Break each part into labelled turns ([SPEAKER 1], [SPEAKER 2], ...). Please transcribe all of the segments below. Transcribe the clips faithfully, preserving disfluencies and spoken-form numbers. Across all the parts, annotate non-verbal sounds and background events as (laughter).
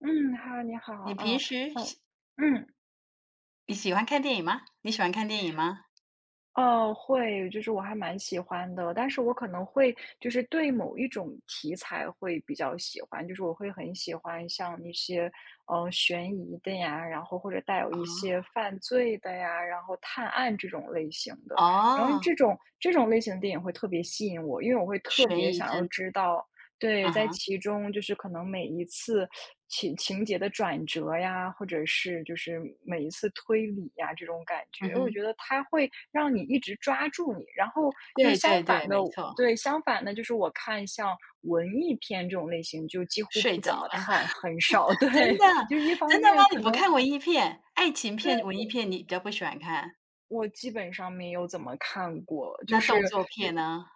[SPEAKER 1] 嗯，哈，你好，
[SPEAKER 2] 你平
[SPEAKER 1] 嗯，
[SPEAKER 2] 时
[SPEAKER 1] 像我
[SPEAKER 2] 喜
[SPEAKER 1] 嗯，
[SPEAKER 2] 你喜欢看电影吗？你喜欢看电影吗？
[SPEAKER 1] 哦，会，就是我还蛮喜欢的，但是我可能会就是对某一种题材会比较喜欢，就是我会很喜欢像一些呃悬疑的呀，然后或者带有一些犯罪的呀，然后探案这种类型的，
[SPEAKER 2] 哦，
[SPEAKER 1] 然后
[SPEAKER 2] 哦，
[SPEAKER 1] 这种这种类型的电影会特别吸引我，因为我会特
[SPEAKER 2] 悬
[SPEAKER 1] 别
[SPEAKER 2] 疑
[SPEAKER 1] 想要
[SPEAKER 2] 侦
[SPEAKER 1] 知道。对，
[SPEAKER 2] 嗯
[SPEAKER 1] 在
[SPEAKER 2] 哼，
[SPEAKER 1] 其中就是可能每一次情情节的转折呀，或者是就是每一次推理呀，这种感觉，
[SPEAKER 2] 嗯
[SPEAKER 1] 因为我觉
[SPEAKER 2] 哼，
[SPEAKER 1] 得它会让你一直抓住你。然后就是
[SPEAKER 2] 对
[SPEAKER 1] 相
[SPEAKER 2] 对对，
[SPEAKER 1] 反的，
[SPEAKER 2] 没错，
[SPEAKER 1] 对，相反的，就是我看像文艺片这种类型，就几乎
[SPEAKER 2] 睡
[SPEAKER 1] 不
[SPEAKER 2] 着
[SPEAKER 1] 怎么
[SPEAKER 2] 了，
[SPEAKER 1] 看，很少。(laughs) 对，
[SPEAKER 2] (laughs) 真的
[SPEAKER 1] 就一方
[SPEAKER 2] 真的吗？
[SPEAKER 1] 面
[SPEAKER 2] 你
[SPEAKER 1] 可
[SPEAKER 2] 不
[SPEAKER 1] 能
[SPEAKER 2] 看文艺片？爱情片、
[SPEAKER 1] 对
[SPEAKER 2] 文艺片你比较不喜欢看，
[SPEAKER 1] 我基本上没有怎么看过，就
[SPEAKER 2] 那
[SPEAKER 1] 是
[SPEAKER 2] 动作片呢？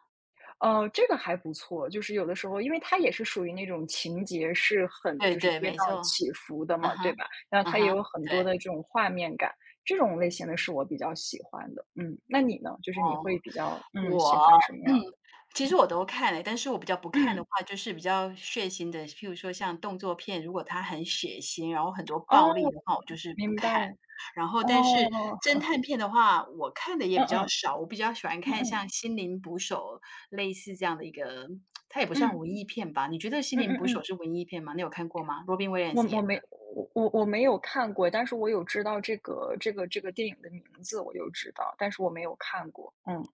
[SPEAKER 1] 哦，这个还不错，就是有的时候，因为它也是属于那种情节是很
[SPEAKER 2] 对
[SPEAKER 1] 就是
[SPEAKER 2] 对，
[SPEAKER 1] 跌
[SPEAKER 2] 没
[SPEAKER 1] 宕
[SPEAKER 2] 错，
[SPEAKER 1] 起伏的
[SPEAKER 2] 啊
[SPEAKER 1] 嘛，
[SPEAKER 2] 哈，
[SPEAKER 1] 对吧？然后
[SPEAKER 2] 啊
[SPEAKER 1] 它也
[SPEAKER 2] 哈，
[SPEAKER 1] 有很
[SPEAKER 2] 对，
[SPEAKER 1] 多的这种画面感，这种类型的是我比较喜欢的。嗯，那你呢？就是你
[SPEAKER 2] 哦。
[SPEAKER 1] 会比较嗯喜
[SPEAKER 2] 我，
[SPEAKER 1] 欢什么样
[SPEAKER 2] (clears throat)
[SPEAKER 1] 的？
[SPEAKER 2] 其实我都看了，但是我比较不看的
[SPEAKER 1] 嗯，
[SPEAKER 2] 话，就是比较血腥的，譬如说像动作片，如果它很血腥，然后很多
[SPEAKER 1] 哦，
[SPEAKER 2] 暴力的话，我就是不
[SPEAKER 1] 明
[SPEAKER 2] 看。
[SPEAKER 1] 白。
[SPEAKER 2] 然后
[SPEAKER 1] 哦，
[SPEAKER 2] 但是侦探片的话，我看的也
[SPEAKER 1] 嗯
[SPEAKER 2] 比较
[SPEAKER 1] 嗯
[SPEAKER 2] 少，我比较喜欢
[SPEAKER 1] 嗯
[SPEAKER 2] 看
[SPEAKER 1] 嗯
[SPEAKER 2] 像《心灵捕手》类似这样的一个，它也不算
[SPEAKER 1] 嗯
[SPEAKER 2] 文艺片吧？你觉得《心
[SPEAKER 1] 嗯
[SPEAKER 2] 灵
[SPEAKER 1] 嗯
[SPEAKER 2] 捕手》
[SPEAKER 1] 嗯，
[SPEAKER 2] 是文艺片吗？你有看过吗？Robin
[SPEAKER 1] 我
[SPEAKER 2] Williams
[SPEAKER 1] 我
[SPEAKER 2] 演
[SPEAKER 1] 没
[SPEAKER 2] 的。
[SPEAKER 1] 我我我没有看过，但是我有知道这个这个这个电影的名字，我就知道，但是我没有看过。嗯。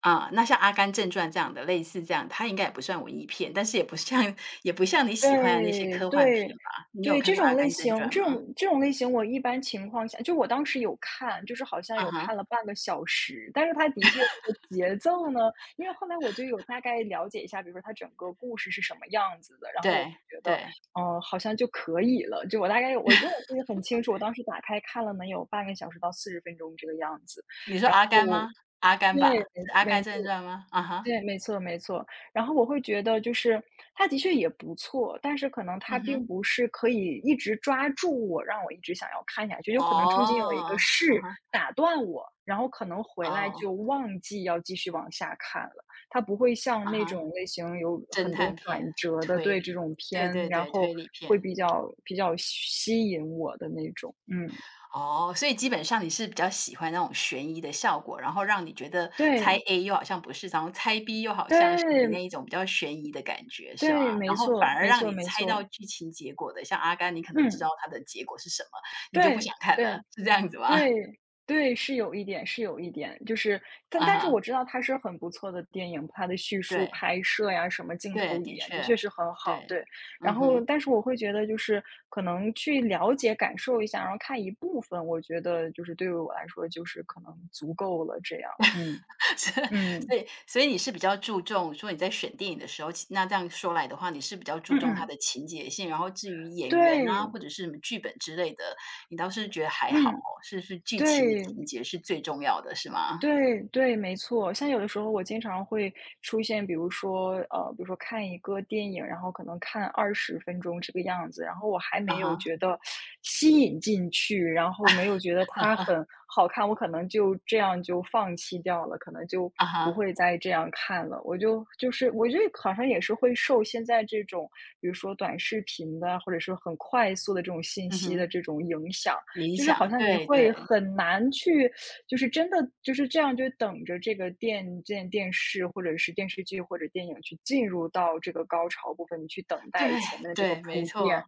[SPEAKER 2] 啊，那像《阿甘正传》这样的，类似这样它应该也不算文艺片，但是也不像也不像你喜欢的那些
[SPEAKER 1] 对，
[SPEAKER 2] 科幻
[SPEAKER 1] 对，
[SPEAKER 2] 片吧？你有
[SPEAKER 1] 对，
[SPEAKER 2] 看
[SPEAKER 1] 这
[SPEAKER 2] 过《阿
[SPEAKER 1] 种类
[SPEAKER 2] 甘正
[SPEAKER 1] 型
[SPEAKER 2] 传》
[SPEAKER 1] 这
[SPEAKER 2] 吗？
[SPEAKER 1] 种这种类型我一般情况下就我当时有看，就是好像
[SPEAKER 2] 啊
[SPEAKER 1] 有
[SPEAKER 2] 哈，
[SPEAKER 1] 看了半个小时，但是它的确这个节奏呢因为后来我就有大概了解一下，比如说它整个故事是什么样子的，然后我
[SPEAKER 2] 对，
[SPEAKER 1] 觉得，
[SPEAKER 2] 对，
[SPEAKER 1] 呃，好像就可以了，就我大概我因为我记得很清楚，我当时打开看了能有半个小时到四十分钟这个样子，
[SPEAKER 2] 你说
[SPEAKER 1] 然
[SPEAKER 2] 阿甘
[SPEAKER 1] 后
[SPEAKER 2] 吗？阿甘
[SPEAKER 1] 对，
[SPEAKER 2] 吧，是《阿
[SPEAKER 1] 没
[SPEAKER 2] 甘正传》吗？啊哈，
[SPEAKER 1] 对，没错没错。然后我会觉得就是它的确也不错，但是可能
[SPEAKER 2] 嗯
[SPEAKER 1] 它并
[SPEAKER 2] 哼，
[SPEAKER 1] 不是可以一直抓住我，让我一直想要看下去，有可能中间有一个
[SPEAKER 2] 哦，啊
[SPEAKER 1] 事
[SPEAKER 2] 哈，
[SPEAKER 1] 打断我，然后可能回来
[SPEAKER 2] 哦，
[SPEAKER 1] 就忘记要继续往下看了。它不会像
[SPEAKER 2] 啊
[SPEAKER 1] 那
[SPEAKER 2] 哈，
[SPEAKER 1] 种类型有
[SPEAKER 2] 侦
[SPEAKER 1] 很多
[SPEAKER 2] 探片，
[SPEAKER 1] 转折的，
[SPEAKER 2] 推
[SPEAKER 1] 对，这
[SPEAKER 2] 理，
[SPEAKER 1] 种
[SPEAKER 2] 对
[SPEAKER 1] 片，
[SPEAKER 2] 对
[SPEAKER 1] 然
[SPEAKER 2] 对，
[SPEAKER 1] 后
[SPEAKER 2] 推理
[SPEAKER 1] 会
[SPEAKER 2] 片。
[SPEAKER 1] 比较比较吸引我的那种。嗯，
[SPEAKER 2] 哦，所以基本上你是比较喜欢那种悬疑的效果，然后让你觉得猜
[SPEAKER 1] 对，
[SPEAKER 2] A 又好像不是，然后猜 B 又好像是的
[SPEAKER 1] 对，
[SPEAKER 2] 那一种比较悬疑的感觉，是吗？
[SPEAKER 1] 对，
[SPEAKER 2] 然
[SPEAKER 1] 没
[SPEAKER 2] 后反
[SPEAKER 1] 错
[SPEAKER 2] 而
[SPEAKER 1] 没
[SPEAKER 2] 让
[SPEAKER 1] 错
[SPEAKER 2] 你
[SPEAKER 1] 没
[SPEAKER 2] 猜到
[SPEAKER 1] 错。
[SPEAKER 2] 剧情结果的，像《阿甘》，你可能知道
[SPEAKER 1] 嗯，
[SPEAKER 2] 它的结果是什么，你就不
[SPEAKER 1] 对，
[SPEAKER 2] 想看了，
[SPEAKER 1] 对。
[SPEAKER 2] 是这样子吗？(laughs)
[SPEAKER 1] 对，对，是有一点，是有一点，就是但
[SPEAKER 2] 啊
[SPEAKER 1] 但是
[SPEAKER 2] 哈，
[SPEAKER 1] 我知道它是很不错的电影，它的叙述、
[SPEAKER 2] 对，
[SPEAKER 1] 拍摄呀，什么镜
[SPEAKER 2] 对，
[SPEAKER 1] 头语
[SPEAKER 2] 的
[SPEAKER 1] 言，的
[SPEAKER 2] 确，
[SPEAKER 1] 确是很好，
[SPEAKER 2] 对，
[SPEAKER 1] 对。然
[SPEAKER 2] 嗯
[SPEAKER 1] 后，
[SPEAKER 2] 哼。
[SPEAKER 1] 但是我会觉得就是可能去了解、感受一下，然后看一部分，我觉得就是对于我来说，就是可能足够了，这样，嗯，
[SPEAKER 2] (laughs)
[SPEAKER 1] 嗯，
[SPEAKER 2] 所以所以你是比较注重说你在选电影的时候，其那这样说来的话，你是比较注
[SPEAKER 1] 嗯
[SPEAKER 2] 重它
[SPEAKER 1] 嗯，
[SPEAKER 2] 的情节性，然后至于演员啊，
[SPEAKER 1] 对，
[SPEAKER 2] 或者是什么剧本之类的，你倒是觉得还好
[SPEAKER 1] 嗯，
[SPEAKER 2] 哦，是是剧情的
[SPEAKER 1] 对。
[SPEAKER 2] 情节是最重要的，是吗？
[SPEAKER 1] 对对，没错。像有的时候我经常会出现，比如说，呃，比如说看一个电影，然后可能看二十分钟这个样子，然后我还
[SPEAKER 2] 啊
[SPEAKER 1] 没有
[SPEAKER 2] 哈，
[SPEAKER 1] 觉得吸引进去，然后没有觉得它很好看，我可能就这样就放弃掉了，可能就
[SPEAKER 2] 啊
[SPEAKER 1] 不
[SPEAKER 2] 哈，
[SPEAKER 1] 会再这样看了。我就就是我觉得好像也是会受现在这种，比如说短视频的，或者是很快速的这种信
[SPEAKER 2] 嗯
[SPEAKER 1] 息的
[SPEAKER 2] 哼，
[SPEAKER 1] 这种影响，
[SPEAKER 2] 冥
[SPEAKER 1] 就是好
[SPEAKER 2] 想，
[SPEAKER 1] 像你
[SPEAKER 2] 对
[SPEAKER 1] 会
[SPEAKER 2] 对。
[SPEAKER 1] 很难去。就是真的就是这样，就等着这个电电电视或者是电视剧或者电影去进入到这个高潮部分，你去等
[SPEAKER 2] 对
[SPEAKER 1] 待前面的这个
[SPEAKER 2] 对，没
[SPEAKER 1] 铺垫。
[SPEAKER 2] 错，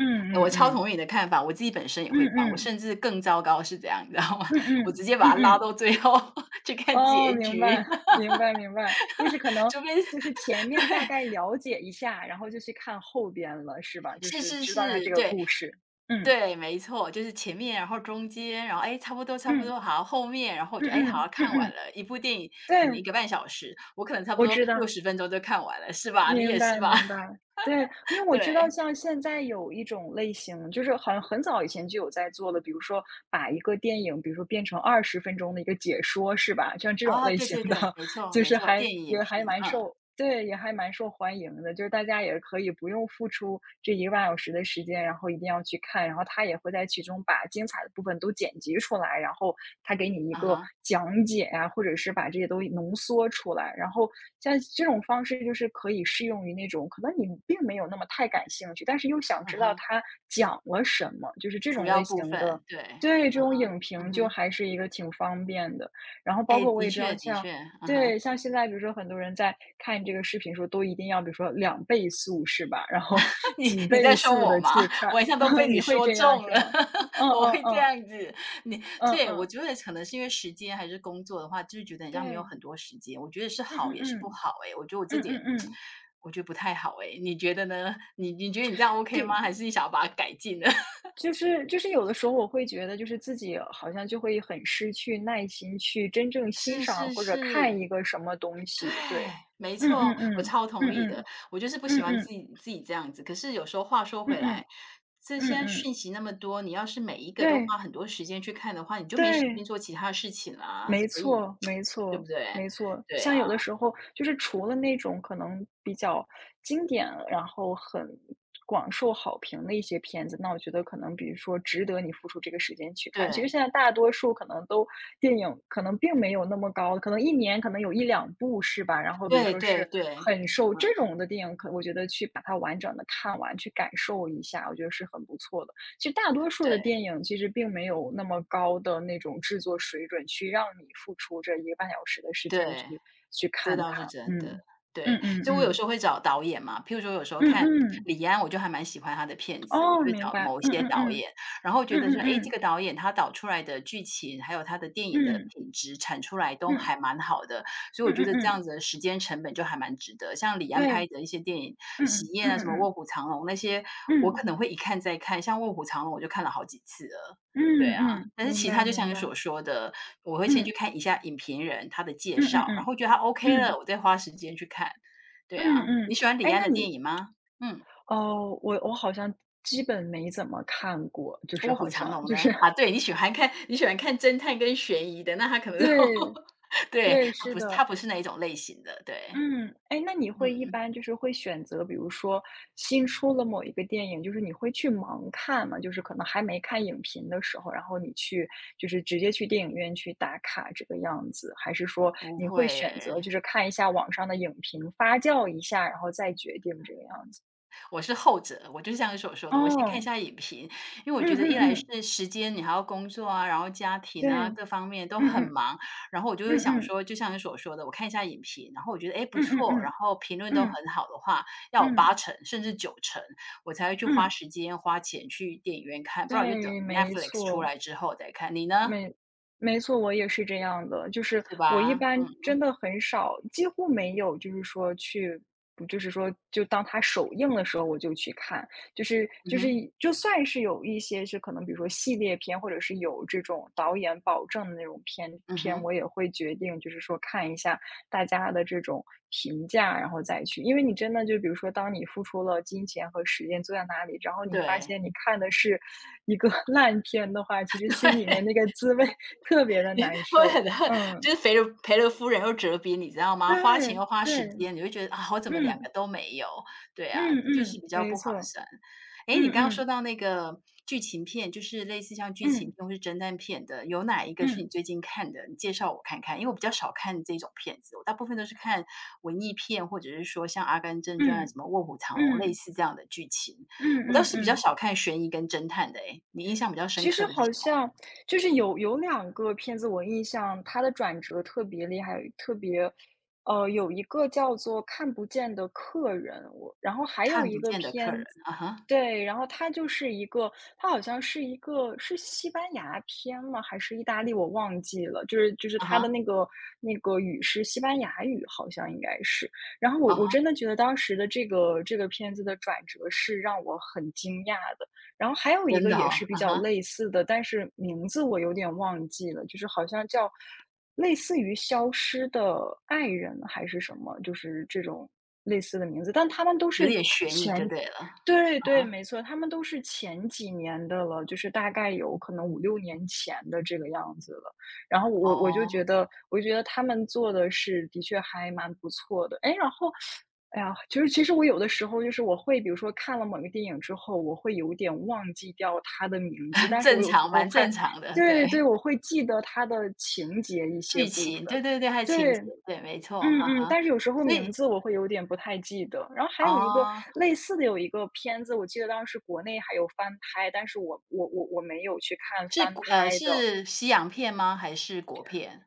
[SPEAKER 1] 嗯
[SPEAKER 2] 我
[SPEAKER 1] 嗯
[SPEAKER 2] 超
[SPEAKER 1] 嗯
[SPEAKER 2] 同意你的看法，我自己本身也
[SPEAKER 1] 嗯
[SPEAKER 2] 会这样，我
[SPEAKER 1] 嗯
[SPEAKER 2] 甚至更糟糕是怎样，你知道吗？
[SPEAKER 1] 嗯
[SPEAKER 2] (laughs) 我
[SPEAKER 1] 嗯
[SPEAKER 2] 直接把
[SPEAKER 1] 嗯
[SPEAKER 2] 它拉
[SPEAKER 1] 嗯，
[SPEAKER 2] 到最后 (laughs) 去看
[SPEAKER 1] 哦，
[SPEAKER 2] 结
[SPEAKER 1] 明
[SPEAKER 2] 局，
[SPEAKER 1] 白
[SPEAKER 2] (laughs)
[SPEAKER 1] 明白明白，就是可能
[SPEAKER 2] 就变
[SPEAKER 1] 就是前面大概了解一下，然后就去看后边了，是吧？就
[SPEAKER 2] 是
[SPEAKER 1] 是
[SPEAKER 2] 是
[SPEAKER 1] 知道一下
[SPEAKER 2] 是，
[SPEAKER 1] 这个
[SPEAKER 2] 对，
[SPEAKER 1] 故事。嗯
[SPEAKER 2] 对，没错，就是前面，然后中间，然后哎，差不多差不
[SPEAKER 1] 嗯
[SPEAKER 2] 多，好，后面，然后我
[SPEAKER 1] 嗯
[SPEAKER 2] 就哎，好，
[SPEAKER 1] 嗯
[SPEAKER 2] 看
[SPEAKER 1] 嗯
[SPEAKER 2] 完
[SPEAKER 1] 嗯，
[SPEAKER 2] 了一部电影，可能一
[SPEAKER 1] 对，
[SPEAKER 2] 个半小时，我可能差不
[SPEAKER 1] 我
[SPEAKER 2] 多
[SPEAKER 1] 知
[SPEAKER 2] 六
[SPEAKER 1] 道。
[SPEAKER 2] 十分钟就看完了，是吧？你
[SPEAKER 1] 明
[SPEAKER 2] 也是
[SPEAKER 1] 白
[SPEAKER 2] 吧？
[SPEAKER 1] 明白，
[SPEAKER 2] (laughs)
[SPEAKER 1] 对，因为我知道
[SPEAKER 2] 对，
[SPEAKER 1] 像现在有一种类型，就是好像很早以前就有在做的，比如说把一个电影，比如说变成二十分钟的一个解说，是吧？像这种
[SPEAKER 2] 啊，
[SPEAKER 1] 类
[SPEAKER 2] 对
[SPEAKER 1] 型
[SPEAKER 2] 对对，
[SPEAKER 1] 的。
[SPEAKER 2] 没错
[SPEAKER 1] 就
[SPEAKER 2] 没
[SPEAKER 1] 是
[SPEAKER 2] 错，
[SPEAKER 1] 还
[SPEAKER 2] 电影影
[SPEAKER 1] 也还
[SPEAKER 2] 评，
[SPEAKER 1] 蛮
[SPEAKER 2] 嗯，
[SPEAKER 1] 受对，也还蛮受欢迎的。就是大家也可以不用付出这一个半小时的时间，然后一定要去看，然后他也会在其中把精彩的部分都剪辑出来，然后他给你一
[SPEAKER 2] 啊
[SPEAKER 1] 个
[SPEAKER 2] 哈，
[SPEAKER 1] 讲解啊，或者是把这些东西浓缩出来。然后像这种方式就是可以适用于那种可能你并没有那么太感兴趣，但是又想
[SPEAKER 2] 嗯
[SPEAKER 1] 知道
[SPEAKER 2] 哈，
[SPEAKER 1] 他讲了什么，就是这
[SPEAKER 2] 主
[SPEAKER 1] 种
[SPEAKER 2] 要
[SPEAKER 1] 类
[SPEAKER 2] 部
[SPEAKER 1] 型的
[SPEAKER 2] 分，对，
[SPEAKER 1] 对，这种影
[SPEAKER 2] 嗯
[SPEAKER 1] 评就
[SPEAKER 2] 哼，
[SPEAKER 1] 还是一个挺方便的。然后包
[SPEAKER 2] 哎，
[SPEAKER 1] 括我
[SPEAKER 2] 的
[SPEAKER 1] 也知
[SPEAKER 2] 确
[SPEAKER 1] 道
[SPEAKER 2] 的
[SPEAKER 1] 像
[SPEAKER 2] 确，嗯哼。
[SPEAKER 1] 对，像现在比如说很多人在看这个视频的时候，都一定要比如说两倍速是吧？然后 (laughs)
[SPEAKER 2] 你
[SPEAKER 1] 几
[SPEAKER 2] 你在
[SPEAKER 1] 倍
[SPEAKER 2] 说
[SPEAKER 1] 速
[SPEAKER 2] 我
[SPEAKER 1] 的
[SPEAKER 2] 吗？
[SPEAKER 1] 去
[SPEAKER 2] (laughs)
[SPEAKER 1] 看，
[SPEAKER 2] 我一下都被
[SPEAKER 1] (laughs)
[SPEAKER 2] 你
[SPEAKER 1] 你会
[SPEAKER 2] 说
[SPEAKER 1] 这样
[SPEAKER 2] 中
[SPEAKER 1] 是
[SPEAKER 2] 了，
[SPEAKER 1] 吗？
[SPEAKER 2] (laughs)
[SPEAKER 1] 嗯
[SPEAKER 2] 我
[SPEAKER 1] 嗯
[SPEAKER 2] 会这
[SPEAKER 1] 嗯，
[SPEAKER 2] 样子。你，
[SPEAKER 1] 嗯
[SPEAKER 2] 对，我
[SPEAKER 1] 嗯，
[SPEAKER 2] 觉得可能是因为时间还是工作的话，就是觉得好像没有
[SPEAKER 1] 对，
[SPEAKER 2] 很多时间。我觉得是
[SPEAKER 1] 嗯
[SPEAKER 2] 好
[SPEAKER 1] 嗯
[SPEAKER 2] 也是不
[SPEAKER 1] 嗯，
[SPEAKER 2] 好诶，我觉得我这
[SPEAKER 1] 嗯
[SPEAKER 2] 点，
[SPEAKER 1] 嗯嗯，
[SPEAKER 2] 我觉得不太好诶，你觉得呢？你你觉得你这样 OK 吗？
[SPEAKER 1] 对，
[SPEAKER 2] 还是你想要把它改进呢？(laughs)
[SPEAKER 1] 就是就是有的时候我会觉得就是自己好像就会很失去耐心去真正欣
[SPEAKER 2] 是
[SPEAKER 1] 赏
[SPEAKER 2] 是
[SPEAKER 1] 或者看
[SPEAKER 2] 是。
[SPEAKER 1] 一个什么东
[SPEAKER 2] 对，
[SPEAKER 1] 西，对，
[SPEAKER 2] 没
[SPEAKER 1] 嗯嗯
[SPEAKER 2] 错，我
[SPEAKER 1] 嗯，
[SPEAKER 2] 超
[SPEAKER 1] 嗯
[SPEAKER 2] 同意的。
[SPEAKER 1] 嗯，
[SPEAKER 2] 我就是不喜
[SPEAKER 1] 嗯
[SPEAKER 2] 欢自
[SPEAKER 1] 嗯，
[SPEAKER 2] 己自己这样子，可是有时候话说
[SPEAKER 1] 嗯
[SPEAKER 2] 回来，
[SPEAKER 1] 嗯，
[SPEAKER 2] 这
[SPEAKER 1] 嗯
[SPEAKER 2] 些讯
[SPEAKER 1] 嗯，
[SPEAKER 2] 息那么多，你要是每一个都花
[SPEAKER 1] 对，
[SPEAKER 2] 很多时间去看的话，你就没时间
[SPEAKER 1] 对。
[SPEAKER 2] 做其他的事情啦，
[SPEAKER 1] 没
[SPEAKER 2] 所以
[SPEAKER 1] 错，
[SPEAKER 2] (tsk)
[SPEAKER 1] 没
[SPEAKER 2] 对不
[SPEAKER 1] 错，
[SPEAKER 2] 对？
[SPEAKER 1] 没错。
[SPEAKER 2] 对
[SPEAKER 1] 像有
[SPEAKER 2] 啊，
[SPEAKER 1] 的时候，就是除了那种可能比较经典，然后很广受好评的一些片子，那我觉得可能比如说值得你付出这个时间去看。其实
[SPEAKER 2] 对，
[SPEAKER 1] 现在大多数可能都电影可能并没有那么高，可能一年可能有一两部是吧？然后比如
[SPEAKER 2] 对
[SPEAKER 1] 说
[SPEAKER 2] 对
[SPEAKER 1] 是
[SPEAKER 2] 对，
[SPEAKER 1] 很受这
[SPEAKER 2] 嗯，
[SPEAKER 1] 种的电影，可我觉得去把它完整的看完，去感受一下，我觉得是很不错的。其实大多数的
[SPEAKER 2] 对
[SPEAKER 1] 电影其实并没有那么高的那种制作水准，去让你付出这一个半小时的时间
[SPEAKER 2] 对。
[SPEAKER 1] 去去
[SPEAKER 2] 这
[SPEAKER 1] 看
[SPEAKER 2] 倒是
[SPEAKER 1] 它，
[SPEAKER 2] 真的，
[SPEAKER 1] 嗯。嗯
[SPEAKER 2] 对。
[SPEAKER 1] 嗯
[SPEAKER 2] 所以我有
[SPEAKER 1] 嗯，
[SPEAKER 2] 时候会找导演嘛，譬如说有时候
[SPEAKER 1] 嗯
[SPEAKER 2] 看
[SPEAKER 1] 嗯，
[SPEAKER 2] 李安，我就还蛮喜欢他的片子，我就
[SPEAKER 1] 哦，
[SPEAKER 2] 会
[SPEAKER 1] 明
[SPEAKER 2] 找
[SPEAKER 1] 白，
[SPEAKER 2] 某一
[SPEAKER 1] 嗯
[SPEAKER 2] 些
[SPEAKER 1] 嗯
[SPEAKER 2] 导
[SPEAKER 1] 嗯，
[SPEAKER 2] 演，然后觉
[SPEAKER 1] 嗯
[SPEAKER 2] 得说，
[SPEAKER 1] 嗯
[SPEAKER 2] 诶，这
[SPEAKER 1] 嗯，
[SPEAKER 2] 个导演他导出来的剧情，还有他的电影的
[SPEAKER 1] 嗯，
[SPEAKER 2] 品质产出来都
[SPEAKER 1] 嗯，
[SPEAKER 2] 还蛮好的，所以我
[SPEAKER 1] 嗯
[SPEAKER 2] 觉
[SPEAKER 1] 嗯
[SPEAKER 2] 得这
[SPEAKER 1] 嗯，
[SPEAKER 2] 样子的时间成本就还蛮值得。像李安
[SPEAKER 1] 对，
[SPEAKER 2] 拍
[SPEAKER 1] 嗯
[SPEAKER 2] 的一些电影，《喜
[SPEAKER 1] 嗯，
[SPEAKER 2] 宴》
[SPEAKER 1] 嗯
[SPEAKER 2] 啊，什么
[SPEAKER 1] 嗯
[SPEAKER 2] 《卧
[SPEAKER 1] 嗯，
[SPEAKER 2] 虎藏龙》那些，
[SPEAKER 1] 嗯，嗯嗯对嗯嗯
[SPEAKER 2] 我
[SPEAKER 1] 嗯嗯嗯
[SPEAKER 2] 可能会一看再看，像《卧虎藏龙》我就看了好几次了，
[SPEAKER 1] 嗯
[SPEAKER 2] 对。
[SPEAKER 1] 嗯
[SPEAKER 2] 但是
[SPEAKER 1] 明
[SPEAKER 2] 其他
[SPEAKER 1] 白
[SPEAKER 2] 就像
[SPEAKER 1] 明
[SPEAKER 2] 你
[SPEAKER 1] 白，
[SPEAKER 2] 所说的，我会先去
[SPEAKER 1] 嗯，
[SPEAKER 2] 看一下影评人他的介
[SPEAKER 1] 嗯
[SPEAKER 2] 绍，
[SPEAKER 1] 嗯
[SPEAKER 2] 然
[SPEAKER 1] 嗯，
[SPEAKER 2] 后觉得他 OK 了，
[SPEAKER 1] 嗯，
[SPEAKER 2] 我再花时间去看。对
[SPEAKER 1] 嗯
[SPEAKER 2] 啊，
[SPEAKER 1] 嗯。
[SPEAKER 2] 你喜欢李
[SPEAKER 1] 哎，
[SPEAKER 2] 安
[SPEAKER 1] 那
[SPEAKER 2] 的电
[SPEAKER 1] 你
[SPEAKER 2] 影吗？嗯，
[SPEAKER 1] 哦，我我好像基本没怎么看过，就是
[SPEAKER 2] 《卧虎
[SPEAKER 1] 好
[SPEAKER 2] 藏
[SPEAKER 1] 像
[SPEAKER 2] 龙》
[SPEAKER 1] 就
[SPEAKER 2] 呢？
[SPEAKER 1] 是
[SPEAKER 2] 啊，
[SPEAKER 1] (laughs)
[SPEAKER 2] 对，你喜欢看你喜欢看侦探跟悬疑的，那他可能都
[SPEAKER 1] 对。
[SPEAKER 2] (laughs) 对，
[SPEAKER 1] 对，
[SPEAKER 2] 他
[SPEAKER 1] 是
[SPEAKER 2] 不是
[SPEAKER 1] 的，
[SPEAKER 2] 他不是那一种类型的，对，
[SPEAKER 1] 嗯，哎，那你会一
[SPEAKER 2] 嗯，
[SPEAKER 1] 般就是会选择，比如说新出了某一个电影，就是你会去盲看吗？就是可能还没看影评的时候，然后你去就是直接去电影院去打卡这个样子，还是说
[SPEAKER 2] 不
[SPEAKER 1] 你
[SPEAKER 2] 会
[SPEAKER 1] 会选择
[SPEAKER 2] 耶。
[SPEAKER 1] 就是看一下网上的影评，发酵一下，然后再决定这个样子？
[SPEAKER 2] 我是后者，我就像你所说的，我先看一
[SPEAKER 1] 哦，
[SPEAKER 2] 下影评，因为我
[SPEAKER 1] 嗯
[SPEAKER 2] 觉
[SPEAKER 1] 嗯
[SPEAKER 2] 得一来
[SPEAKER 1] 嗯，
[SPEAKER 2] 是时间，你还要工作啊，然后家庭
[SPEAKER 1] 对，
[SPEAKER 2] 啊，各方面
[SPEAKER 1] 嗯
[SPEAKER 2] 都很
[SPEAKER 1] 嗯
[SPEAKER 2] 忙，然后我就会
[SPEAKER 1] 嗯
[SPEAKER 2] 想
[SPEAKER 1] 嗯
[SPEAKER 2] 说，就像你所说的，我看一下影评，然后我觉得哎不
[SPEAKER 1] 嗯嗯
[SPEAKER 2] 错，然
[SPEAKER 1] 嗯
[SPEAKER 2] 后评论都
[SPEAKER 1] 嗯
[SPEAKER 2] 很好的话，要有
[SPEAKER 1] 嗯
[SPEAKER 2] 八成甚至九成，我才会去花
[SPEAKER 1] 嗯，
[SPEAKER 2] 时间花钱去电影院看，不然我就等
[SPEAKER 1] 对，没
[SPEAKER 2] Netflix 出
[SPEAKER 1] 错。
[SPEAKER 2] 来之后再看。你呢？
[SPEAKER 1] 没没错，我也是这样的。就是
[SPEAKER 2] 是
[SPEAKER 1] 我一
[SPEAKER 2] 吧？
[SPEAKER 1] 般
[SPEAKER 2] 嗯
[SPEAKER 1] 真
[SPEAKER 2] 嗯，
[SPEAKER 1] 的很少，几乎没有，就是说去，就是说就当它首映的时候我就去看，就是
[SPEAKER 2] 嗯
[SPEAKER 1] 就是
[SPEAKER 2] 哼，
[SPEAKER 1] 就算是有一些是可能，比如说系列片，或者是有这种导演保证的那种片
[SPEAKER 2] 嗯
[SPEAKER 1] 片，
[SPEAKER 2] 哼，
[SPEAKER 1] 我也会决定就是说看一下，大家的这种评价，然后再去因为你真的就比如说，当你付出了金钱和时间坐在那里，然后你发
[SPEAKER 2] 对，
[SPEAKER 1] 现你看的是一个 (laughs) 烂片的话，其
[SPEAKER 2] (laughs)
[SPEAKER 1] 实心里
[SPEAKER 2] 对。
[SPEAKER 1] 面那个滋味 (laughs) 特别的难
[SPEAKER 2] (laughs) 会
[SPEAKER 1] 受。
[SPEAKER 2] 很恨，
[SPEAKER 1] 嗯，
[SPEAKER 2] 就是赔了赔了夫人又折兵，你知道吗？花钱
[SPEAKER 1] 对，
[SPEAKER 2] 又花时
[SPEAKER 1] 对，
[SPEAKER 2] 间，你会觉得啊，我怎么两个
[SPEAKER 1] 嗯，
[SPEAKER 2] 都没有？对
[SPEAKER 1] 嗯
[SPEAKER 2] 啊，就是
[SPEAKER 1] 嗯，
[SPEAKER 2] 比较
[SPEAKER 1] 没
[SPEAKER 2] 不划
[SPEAKER 1] 错，
[SPEAKER 2] 算。诶，
[SPEAKER 1] 嗯
[SPEAKER 2] 你刚刚说
[SPEAKER 1] 嗯，
[SPEAKER 2] 到那个剧情片，就是类似像剧情
[SPEAKER 1] 嗯，
[SPEAKER 2] 片或是侦探片的，有哪一个是你
[SPEAKER 1] 嗯，
[SPEAKER 2] 最近看的？你介绍我看看，因为我比较少看这种片子，我大部分都是看文艺片，或者是说像《阿甘正传》啊、什
[SPEAKER 1] 嗯，
[SPEAKER 2] 么《卧虎藏龙》
[SPEAKER 1] 嗯，
[SPEAKER 2] 类
[SPEAKER 1] 嗯
[SPEAKER 2] 似这样的剧情。
[SPEAKER 1] 嗯
[SPEAKER 2] 我倒
[SPEAKER 1] 嗯
[SPEAKER 2] 是比
[SPEAKER 1] 嗯。
[SPEAKER 2] 较
[SPEAKER 1] 嗯
[SPEAKER 2] 少看悬疑跟侦探的诶，你印象比较深
[SPEAKER 1] 其
[SPEAKER 2] 刻
[SPEAKER 1] 实
[SPEAKER 2] 的是
[SPEAKER 1] 好
[SPEAKER 2] 什么？
[SPEAKER 1] 像就是有有两个片子我印象，它的转折特别厉害，特别呃，有一个叫做《看不见的客人》，我然后还有
[SPEAKER 2] 看
[SPEAKER 1] 一
[SPEAKER 2] 不
[SPEAKER 1] 个
[SPEAKER 2] 见的客
[SPEAKER 1] 片
[SPEAKER 2] 人，
[SPEAKER 1] 子
[SPEAKER 2] 啊哈，
[SPEAKER 1] 对，然后它就是一个它好像是一个是西班牙片吗？还是意大利？我忘记了，就是就是
[SPEAKER 2] 啊
[SPEAKER 1] 它的
[SPEAKER 2] 哈。
[SPEAKER 1] 那个那个语是西班牙语，好像应该是。然后我
[SPEAKER 2] 啊
[SPEAKER 1] 我
[SPEAKER 2] 哈，
[SPEAKER 1] 真的觉得当时的这个这个片子的转折是让我很惊讶的，然后还有一
[SPEAKER 2] 真
[SPEAKER 1] 个
[SPEAKER 2] 的
[SPEAKER 1] 也
[SPEAKER 2] 哦，
[SPEAKER 1] 是
[SPEAKER 2] 啊
[SPEAKER 1] 比较
[SPEAKER 2] 哈，
[SPEAKER 1] 类似的，但是名字我有点忘记了，就是好像叫类似于《消失的爱人》还是什么，就是这种类似的名字，但他们都
[SPEAKER 2] 有
[SPEAKER 1] 是
[SPEAKER 2] 点悬疑就对了，啊
[SPEAKER 1] 对对，
[SPEAKER 2] 哈，
[SPEAKER 1] 没错，他们都是前几年的了，就是大概有可能五六年前的这个样子了。然后我我就
[SPEAKER 2] 哦，
[SPEAKER 1] 觉得我就觉得他们做的是的确还蛮不错的。哎，然后，哎呀，就是其实我有的时候就是我会比如说看了某个电影之后，我会有点忘记掉它的名字，
[SPEAKER 2] (laughs)
[SPEAKER 1] 但是我
[SPEAKER 2] 正
[SPEAKER 1] 有时
[SPEAKER 2] 常，
[SPEAKER 1] 候
[SPEAKER 2] 蛮正
[SPEAKER 1] 还
[SPEAKER 2] 常的，对，
[SPEAKER 1] 对对，我会记得它的情节一些
[SPEAKER 2] 剧
[SPEAKER 1] 部
[SPEAKER 2] 情，
[SPEAKER 1] 分，
[SPEAKER 2] 对对对，还有情节，
[SPEAKER 1] 对。
[SPEAKER 2] 对，没错，啊
[SPEAKER 1] 嗯嗯，
[SPEAKER 2] 哈，
[SPEAKER 1] 但是有时候
[SPEAKER 2] 所
[SPEAKER 1] 名
[SPEAKER 2] 以，
[SPEAKER 1] 字我会有点不太记得。然后还有一个
[SPEAKER 2] 啊，
[SPEAKER 1] 类似的有一个片子，我记得当时国内还有翻拍，但是我我我我没有去看
[SPEAKER 2] 是
[SPEAKER 1] 翻
[SPEAKER 2] 国呃，
[SPEAKER 1] 拍的
[SPEAKER 2] 是西洋片吗？还是国片？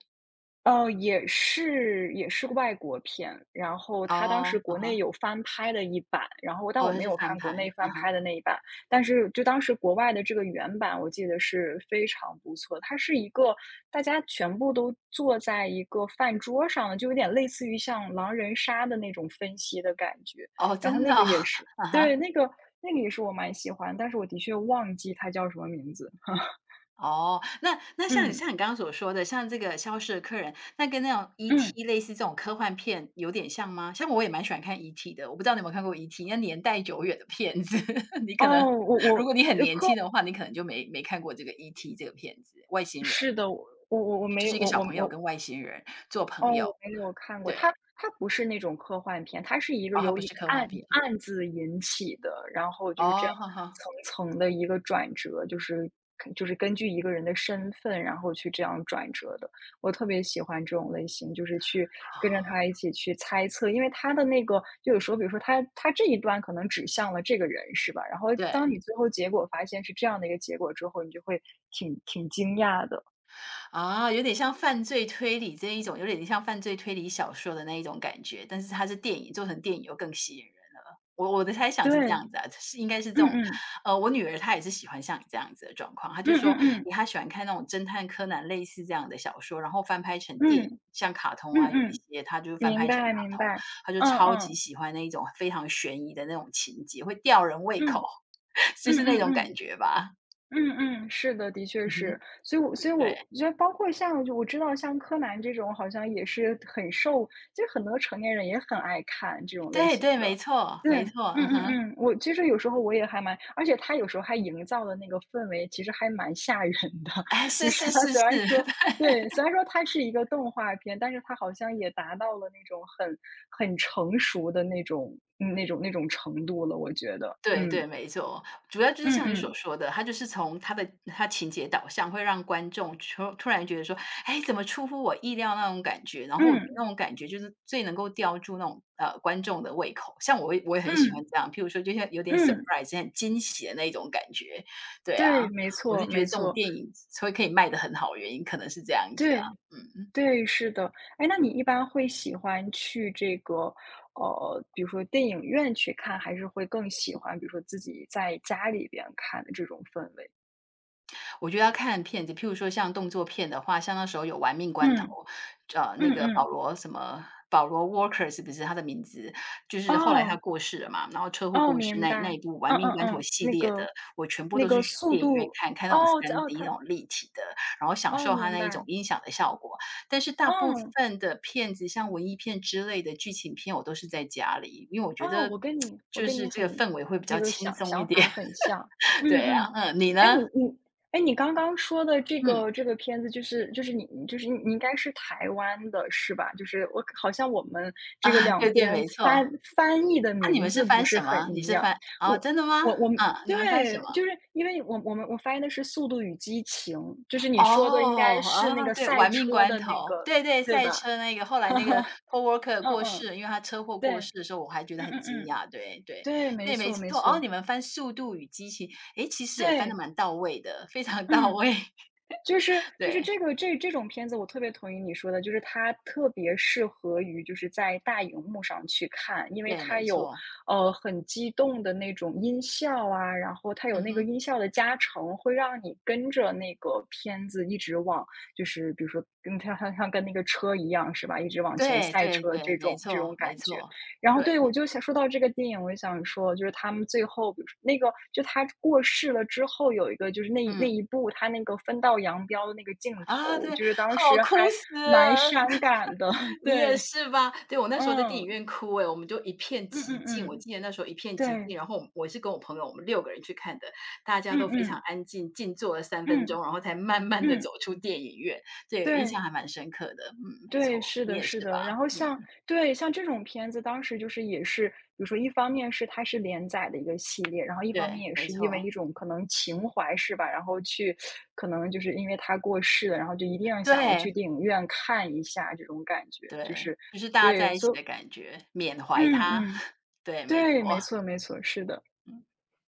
[SPEAKER 1] 呃，也是也是个外国片，然后它当
[SPEAKER 2] 哦，
[SPEAKER 1] 时
[SPEAKER 2] 啊
[SPEAKER 1] 国内
[SPEAKER 2] 哈，
[SPEAKER 1] 有翻拍的一版，然后但
[SPEAKER 2] 哦，
[SPEAKER 1] 我
[SPEAKER 2] 它
[SPEAKER 1] 没
[SPEAKER 2] 是
[SPEAKER 1] 有
[SPEAKER 2] 翻
[SPEAKER 1] 看国
[SPEAKER 2] 拍，
[SPEAKER 1] 内
[SPEAKER 2] 啊
[SPEAKER 1] 翻
[SPEAKER 2] 哈，
[SPEAKER 1] 拍的那一版，但是就当时国外的这个原版，我记得是非常不错。它是一个大家全部都坐在一个饭桌上，的，就有点类似于像狼人杀的那种分析的感觉，
[SPEAKER 2] 哦，
[SPEAKER 1] 然后
[SPEAKER 2] 真
[SPEAKER 1] 那
[SPEAKER 2] 的哦，
[SPEAKER 1] 个也
[SPEAKER 2] (laughs)
[SPEAKER 1] 是，
[SPEAKER 2] 啊
[SPEAKER 1] 对，
[SPEAKER 2] 哈。
[SPEAKER 1] 那个那个也是我蛮喜欢，但是我的确忘记它叫什么名字。(laughs)
[SPEAKER 2] 哦，那那像你
[SPEAKER 1] 嗯
[SPEAKER 2] 像你刚刚所说的，像这个消失的客人，那跟那种
[SPEAKER 1] 嗯，
[SPEAKER 2] E T 类似这种科幻片有点像吗？像我也蛮喜欢看 E T 的，我不知道你有没有看过 E T，那年代久远的片子，(laughs) 你
[SPEAKER 1] 哦，
[SPEAKER 2] 可能
[SPEAKER 1] 我我
[SPEAKER 2] 如果你很
[SPEAKER 1] 呃
[SPEAKER 2] 年轻的话，你可能就没没看过这个 E T 这个片子，外星人，
[SPEAKER 1] 是的，我我我我
[SPEAKER 2] 就
[SPEAKER 1] 没
[SPEAKER 2] 是一个
[SPEAKER 1] 我
[SPEAKER 2] 小
[SPEAKER 1] 我
[SPEAKER 2] 朋友
[SPEAKER 1] 我
[SPEAKER 2] 跟外星人做
[SPEAKER 1] 哦，
[SPEAKER 2] 朋友，
[SPEAKER 1] 我没有看过。它
[SPEAKER 2] 对，
[SPEAKER 1] 它不是那种科幻片，它是一个
[SPEAKER 2] 然后它
[SPEAKER 1] 由
[SPEAKER 2] 不
[SPEAKER 1] 一
[SPEAKER 2] 是
[SPEAKER 1] 个
[SPEAKER 2] 科
[SPEAKER 1] 案
[SPEAKER 2] 幻片，
[SPEAKER 1] 案子引起的，然后就是这
[SPEAKER 2] 哦，
[SPEAKER 1] 样
[SPEAKER 2] 哈哈，
[SPEAKER 1] 层层的一个转折，就是就是根据一个人的身份，然后去这样转折的。我特别喜欢这种类型，就是去跟着他一起去猜测，因为他的那个就有时候，比如说他他这一段可能指向了这个人，是吧？然后
[SPEAKER 2] 对。
[SPEAKER 1] 当你最后结果发现是这样的一个结果之后，你就会挺挺惊讶的。
[SPEAKER 2] 啊，有点像犯罪推理这一种，有点像犯罪推理小说的那一种感觉，但是它是电影，做成电影又更吸引人了。我我的猜想
[SPEAKER 1] 对。
[SPEAKER 2] 是这样子啊，是应该是
[SPEAKER 1] 嗯
[SPEAKER 2] 这种，
[SPEAKER 1] 嗯，
[SPEAKER 2] 呃，我女儿她也是喜欢像你这样子的状况，她就
[SPEAKER 1] 嗯
[SPEAKER 2] 说
[SPEAKER 1] 嗯嗯，
[SPEAKER 2] 诶她喜欢看那种侦探柯南类似这样的小说，然后翻拍成
[SPEAKER 1] 嗯，
[SPEAKER 2] 电影，
[SPEAKER 1] 嗯
[SPEAKER 2] 像卡通啊
[SPEAKER 1] 嗯，
[SPEAKER 2] 有一
[SPEAKER 1] 嗯
[SPEAKER 2] 些，她就是翻
[SPEAKER 1] 明
[SPEAKER 2] 拍成
[SPEAKER 1] 白明
[SPEAKER 2] 卡通，
[SPEAKER 1] 白，
[SPEAKER 2] 她就
[SPEAKER 1] 嗯
[SPEAKER 2] 超级
[SPEAKER 1] 嗯，
[SPEAKER 2] 喜欢那一种非常悬疑的那种情节，会吊人胃口，
[SPEAKER 1] 嗯，
[SPEAKER 2] (laughs) 就
[SPEAKER 1] 嗯
[SPEAKER 2] 是那种
[SPEAKER 1] 嗯
[SPEAKER 2] 感
[SPEAKER 1] 嗯。
[SPEAKER 2] 觉吧。
[SPEAKER 1] 嗯嗯，是的，的确
[SPEAKER 2] 嗯哼，
[SPEAKER 1] 是，所以我所以
[SPEAKER 2] 对
[SPEAKER 1] 我觉得，包括像就我知道，像柯南这种，好像也是很受，其实很多成年人也很爱看这种类
[SPEAKER 2] 对
[SPEAKER 1] 型
[SPEAKER 2] 对，
[SPEAKER 1] 的。
[SPEAKER 2] 没错
[SPEAKER 1] 嗯
[SPEAKER 2] 没错，
[SPEAKER 1] 嗯
[SPEAKER 2] 嗯
[SPEAKER 1] 嗯
[SPEAKER 2] 哼。
[SPEAKER 1] 嗯，我其实有时候我也还蛮，而且他有时候还营造的那个氛围，其实还蛮吓人的。
[SPEAKER 2] 哎，
[SPEAKER 1] (laughs)
[SPEAKER 2] 是
[SPEAKER 1] 就是
[SPEAKER 2] 是
[SPEAKER 1] 他
[SPEAKER 2] 是是，
[SPEAKER 1] 虽然说，
[SPEAKER 2] (laughs)
[SPEAKER 1] 对，虽然说它是一个动画片，但是它好像也达到了那种很很成熟的那种嗯那种那种程度了，我觉得，
[SPEAKER 2] 对
[SPEAKER 1] 嗯
[SPEAKER 2] 对，没错。主要就是
[SPEAKER 1] 嗯
[SPEAKER 2] 像你所
[SPEAKER 1] 嗯
[SPEAKER 2] 说的，它就是从它的它情节导向，会让观众突突然觉得说，哎，怎么出乎我意料那种感觉。然后我觉得
[SPEAKER 1] 嗯
[SPEAKER 2] 那种感觉就是最能够吊住那种，呃，观众的胃口。像我会我也很喜欢
[SPEAKER 1] 嗯。
[SPEAKER 2] 这样，譬如说就像有点
[SPEAKER 1] 嗯，
[SPEAKER 2] surprise，很惊喜的那种感觉。对啊，
[SPEAKER 1] 对，没
[SPEAKER 2] 我
[SPEAKER 1] 错
[SPEAKER 2] 是觉得
[SPEAKER 1] 没
[SPEAKER 2] 这种
[SPEAKER 1] 错，
[SPEAKER 2] 电影所以可以卖的很好，原因可能是这样子啊，
[SPEAKER 1] 对
[SPEAKER 2] 嗯。
[SPEAKER 1] 对，是的。哎，那你一般会喜欢去这个，呃，比如说电影院去看，还是会更喜欢，比如说自己在家里边看的这种氛围？
[SPEAKER 2] 我觉得要看片子，譬如说像动作片的话，像那时候有《玩命关头》，
[SPEAKER 1] 嗯
[SPEAKER 2] 呃，
[SPEAKER 1] 嗯
[SPEAKER 2] 那个保
[SPEAKER 1] 嗯，
[SPEAKER 2] 罗什么，保罗沃克是不是他的名字？就是后来他
[SPEAKER 1] 哦
[SPEAKER 2] 过世了嘛，然后车祸
[SPEAKER 1] 哦，
[SPEAKER 2] 过世
[SPEAKER 1] 明
[SPEAKER 2] 那
[SPEAKER 1] 白，
[SPEAKER 2] 那一部《玩
[SPEAKER 1] 嗯
[SPEAKER 2] 命
[SPEAKER 1] 嗯
[SPEAKER 2] 关头》
[SPEAKER 1] 嗯，
[SPEAKER 2] 系
[SPEAKER 1] 那
[SPEAKER 2] 列
[SPEAKER 1] 个
[SPEAKER 2] 的，我全部
[SPEAKER 1] 那
[SPEAKER 2] 都是
[SPEAKER 1] 个
[SPEAKER 2] 去
[SPEAKER 1] 速
[SPEAKER 2] 电影院
[SPEAKER 1] 度，
[SPEAKER 2] 看，看那种
[SPEAKER 1] 哦
[SPEAKER 2] 三
[SPEAKER 1] 在哦，
[SPEAKER 2] d 那
[SPEAKER 1] 它
[SPEAKER 2] 种立体的，然后享
[SPEAKER 1] 哦，
[SPEAKER 2] 受它
[SPEAKER 1] 明
[SPEAKER 2] 那一种
[SPEAKER 1] 白，
[SPEAKER 2] 音响的效果。但是大部
[SPEAKER 1] 嗯
[SPEAKER 2] 分的片子，像文艺片之类的剧情片，我都是在家里，因为我觉
[SPEAKER 1] 哦，
[SPEAKER 2] 得
[SPEAKER 1] 我跟你我
[SPEAKER 2] 就
[SPEAKER 1] 跟
[SPEAKER 2] 是
[SPEAKER 1] 你
[SPEAKER 2] 这
[SPEAKER 1] 很
[SPEAKER 2] 个氛围会比
[SPEAKER 1] 一
[SPEAKER 2] 较
[SPEAKER 1] 个
[SPEAKER 2] 轻
[SPEAKER 1] 想
[SPEAKER 2] 松一
[SPEAKER 1] 想
[SPEAKER 2] 点。
[SPEAKER 1] 法很像，
[SPEAKER 2] (laughs)
[SPEAKER 1] 嗯
[SPEAKER 2] 对啊，
[SPEAKER 1] 嗯。
[SPEAKER 2] 嗯，你
[SPEAKER 1] 哎，你
[SPEAKER 2] 呢？
[SPEAKER 1] 你哎，你刚刚说的这
[SPEAKER 2] 嗯。
[SPEAKER 1] 个这个片子就是就是你你就是你应该是台湾的是吧？就是我好像我们这个
[SPEAKER 2] 啊，
[SPEAKER 1] 两
[SPEAKER 2] 对对，
[SPEAKER 1] 边
[SPEAKER 2] 没
[SPEAKER 1] 翻
[SPEAKER 2] 错。
[SPEAKER 1] 翻译的
[SPEAKER 2] 啊，你
[SPEAKER 1] 名
[SPEAKER 2] 们是
[SPEAKER 1] 字不
[SPEAKER 2] 翻
[SPEAKER 1] 是
[SPEAKER 2] 什
[SPEAKER 1] 很
[SPEAKER 2] 么？你
[SPEAKER 1] 一
[SPEAKER 2] 是
[SPEAKER 1] 样。
[SPEAKER 2] 翻，哦，
[SPEAKER 1] 我
[SPEAKER 2] 真的吗？
[SPEAKER 1] 我我们
[SPEAKER 2] 嗯，你们翻什么？
[SPEAKER 1] 对，就是因为我我们我翻译的是《速度与激情》，就是你说的应
[SPEAKER 2] 哦，
[SPEAKER 1] 该是那
[SPEAKER 2] 啊，
[SPEAKER 1] 个
[SPEAKER 2] 对，
[SPEAKER 1] 赛
[SPEAKER 2] 《玩命
[SPEAKER 1] 车
[SPEAKER 2] 关
[SPEAKER 1] 的
[SPEAKER 2] 头》，
[SPEAKER 1] 那个，
[SPEAKER 2] 对对，
[SPEAKER 1] 对
[SPEAKER 2] 赛
[SPEAKER 1] 吧？
[SPEAKER 2] 车那个，后来那个
[SPEAKER 1] (laughs)
[SPEAKER 2] Paul Walker
[SPEAKER 1] 嗯
[SPEAKER 2] 过世
[SPEAKER 1] 嗯，
[SPEAKER 2] 了，因为他车祸过
[SPEAKER 1] 对，
[SPEAKER 2] 世的时候，我还觉得
[SPEAKER 1] 嗯
[SPEAKER 2] 很惊
[SPEAKER 1] 嗯嗯。
[SPEAKER 2] 讶，对对，
[SPEAKER 1] 对，没
[SPEAKER 2] 对，没
[SPEAKER 1] 错没
[SPEAKER 2] 错。哦，
[SPEAKER 1] 错，
[SPEAKER 2] 你们翻《速度与激情》，诶，其实也翻得
[SPEAKER 1] 对，
[SPEAKER 2] 蛮到位的，非常到
[SPEAKER 1] 嗯，
[SPEAKER 2] 位，
[SPEAKER 1] 就是
[SPEAKER 2] (laughs)
[SPEAKER 1] 就是
[SPEAKER 2] 对，
[SPEAKER 1] 这个这这种片子，我特别同意你说的，就是它特别适合于就是在大荧幕上去看，因为
[SPEAKER 2] 对，
[SPEAKER 1] 它
[SPEAKER 2] 没
[SPEAKER 1] 有
[SPEAKER 2] 错，
[SPEAKER 1] 呃很激动的那种音效啊，然后它有
[SPEAKER 2] 嗯
[SPEAKER 1] 那个
[SPEAKER 2] 哼，
[SPEAKER 1] 音效的加成，会让你跟着那个片子一直往，就是比如说跟它像像跟那个车一样是吧，一直往前
[SPEAKER 2] 对
[SPEAKER 1] 赛
[SPEAKER 2] 对
[SPEAKER 1] 车
[SPEAKER 2] 对，
[SPEAKER 1] 这
[SPEAKER 2] 没
[SPEAKER 1] 种这
[SPEAKER 2] 错
[SPEAKER 1] 种
[SPEAKER 2] 没
[SPEAKER 1] 感觉，
[SPEAKER 2] 错，
[SPEAKER 1] 然后
[SPEAKER 2] 对，
[SPEAKER 1] 对，我就想说到这个电影，我就想说，就是他们最后，比如说那个，就他过世了之后，有一个就是那一那
[SPEAKER 2] 嗯，
[SPEAKER 1] 一部他那个分道扬镳的那个镜
[SPEAKER 2] 啊，
[SPEAKER 1] 头，
[SPEAKER 2] 对，
[SPEAKER 1] 就是当
[SPEAKER 2] 好，
[SPEAKER 1] 时
[SPEAKER 2] 哭
[SPEAKER 1] 还
[SPEAKER 2] 死
[SPEAKER 1] 蛮
[SPEAKER 2] 了。
[SPEAKER 1] 伤感的，(laughs)
[SPEAKER 2] 你也
[SPEAKER 1] 对，
[SPEAKER 2] 是吧？对，我那时候在电
[SPEAKER 1] 嗯，
[SPEAKER 2] 影院哭哎，我们就一片
[SPEAKER 1] 嗯
[SPEAKER 2] 寂静。
[SPEAKER 1] 嗯
[SPEAKER 2] 我
[SPEAKER 1] 嗯，
[SPEAKER 2] 记得那时候一片寂
[SPEAKER 1] 对，
[SPEAKER 2] 静，然后我我是跟我朋友，我们六个人去看的，大家
[SPEAKER 1] 嗯
[SPEAKER 2] 都非常
[SPEAKER 1] 嗯，
[SPEAKER 2] 安静，静坐了三分
[SPEAKER 1] 嗯，
[SPEAKER 2] 钟，然后才慢慢的走
[SPEAKER 1] 嗯，
[SPEAKER 2] 出电影院。对，印
[SPEAKER 1] 对。
[SPEAKER 2] 象还蛮深刻的，嗯，没错，
[SPEAKER 1] 对，是
[SPEAKER 2] 你
[SPEAKER 1] 的，
[SPEAKER 2] 也
[SPEAKER 1] 是
[SPEAKER 2] 是吧？
[SPEAKER 1] 的。然后
[SPEAKER 2] 嗯，
[SPEAKER 1] 像对，像这种片子，当时就是也是，比如说一方面是它是连载的一个系列，然后一方
[SPEAKER 2] 对，
[SPEAKER 1] 面也
[SPEAKER 2] 没
[SPEAKER 1] 是因为
[SPEAKER 2] 错，
[SPEAKER 1] 一种可能情怀是吧，然后去可能就是因为他过世了，然后就一定要想要去
[SPEAKER 2] 对，
[SPEAKER 1] 电影院看一下这种感觉，就
[SPEAKER 2] 对，
[SPEAKER 1] 是
[SPEAKER 2] 就是大家
[SPEAKER 1] 对，
[SPEAKER 2] 在一起
[SPEAKER 1] 所以
[SPEAKER 2] 的感觉，缅怀
[SPEAKER 1] 嗯
[SPEAKER 2] 他，
[SPEAKER 1] 嗯，
[SPEAKER 2] (laughs) 对，没错。
[SPEAKER 1] 对，没错，没错，是的。
[SPEAKER 2] 嗯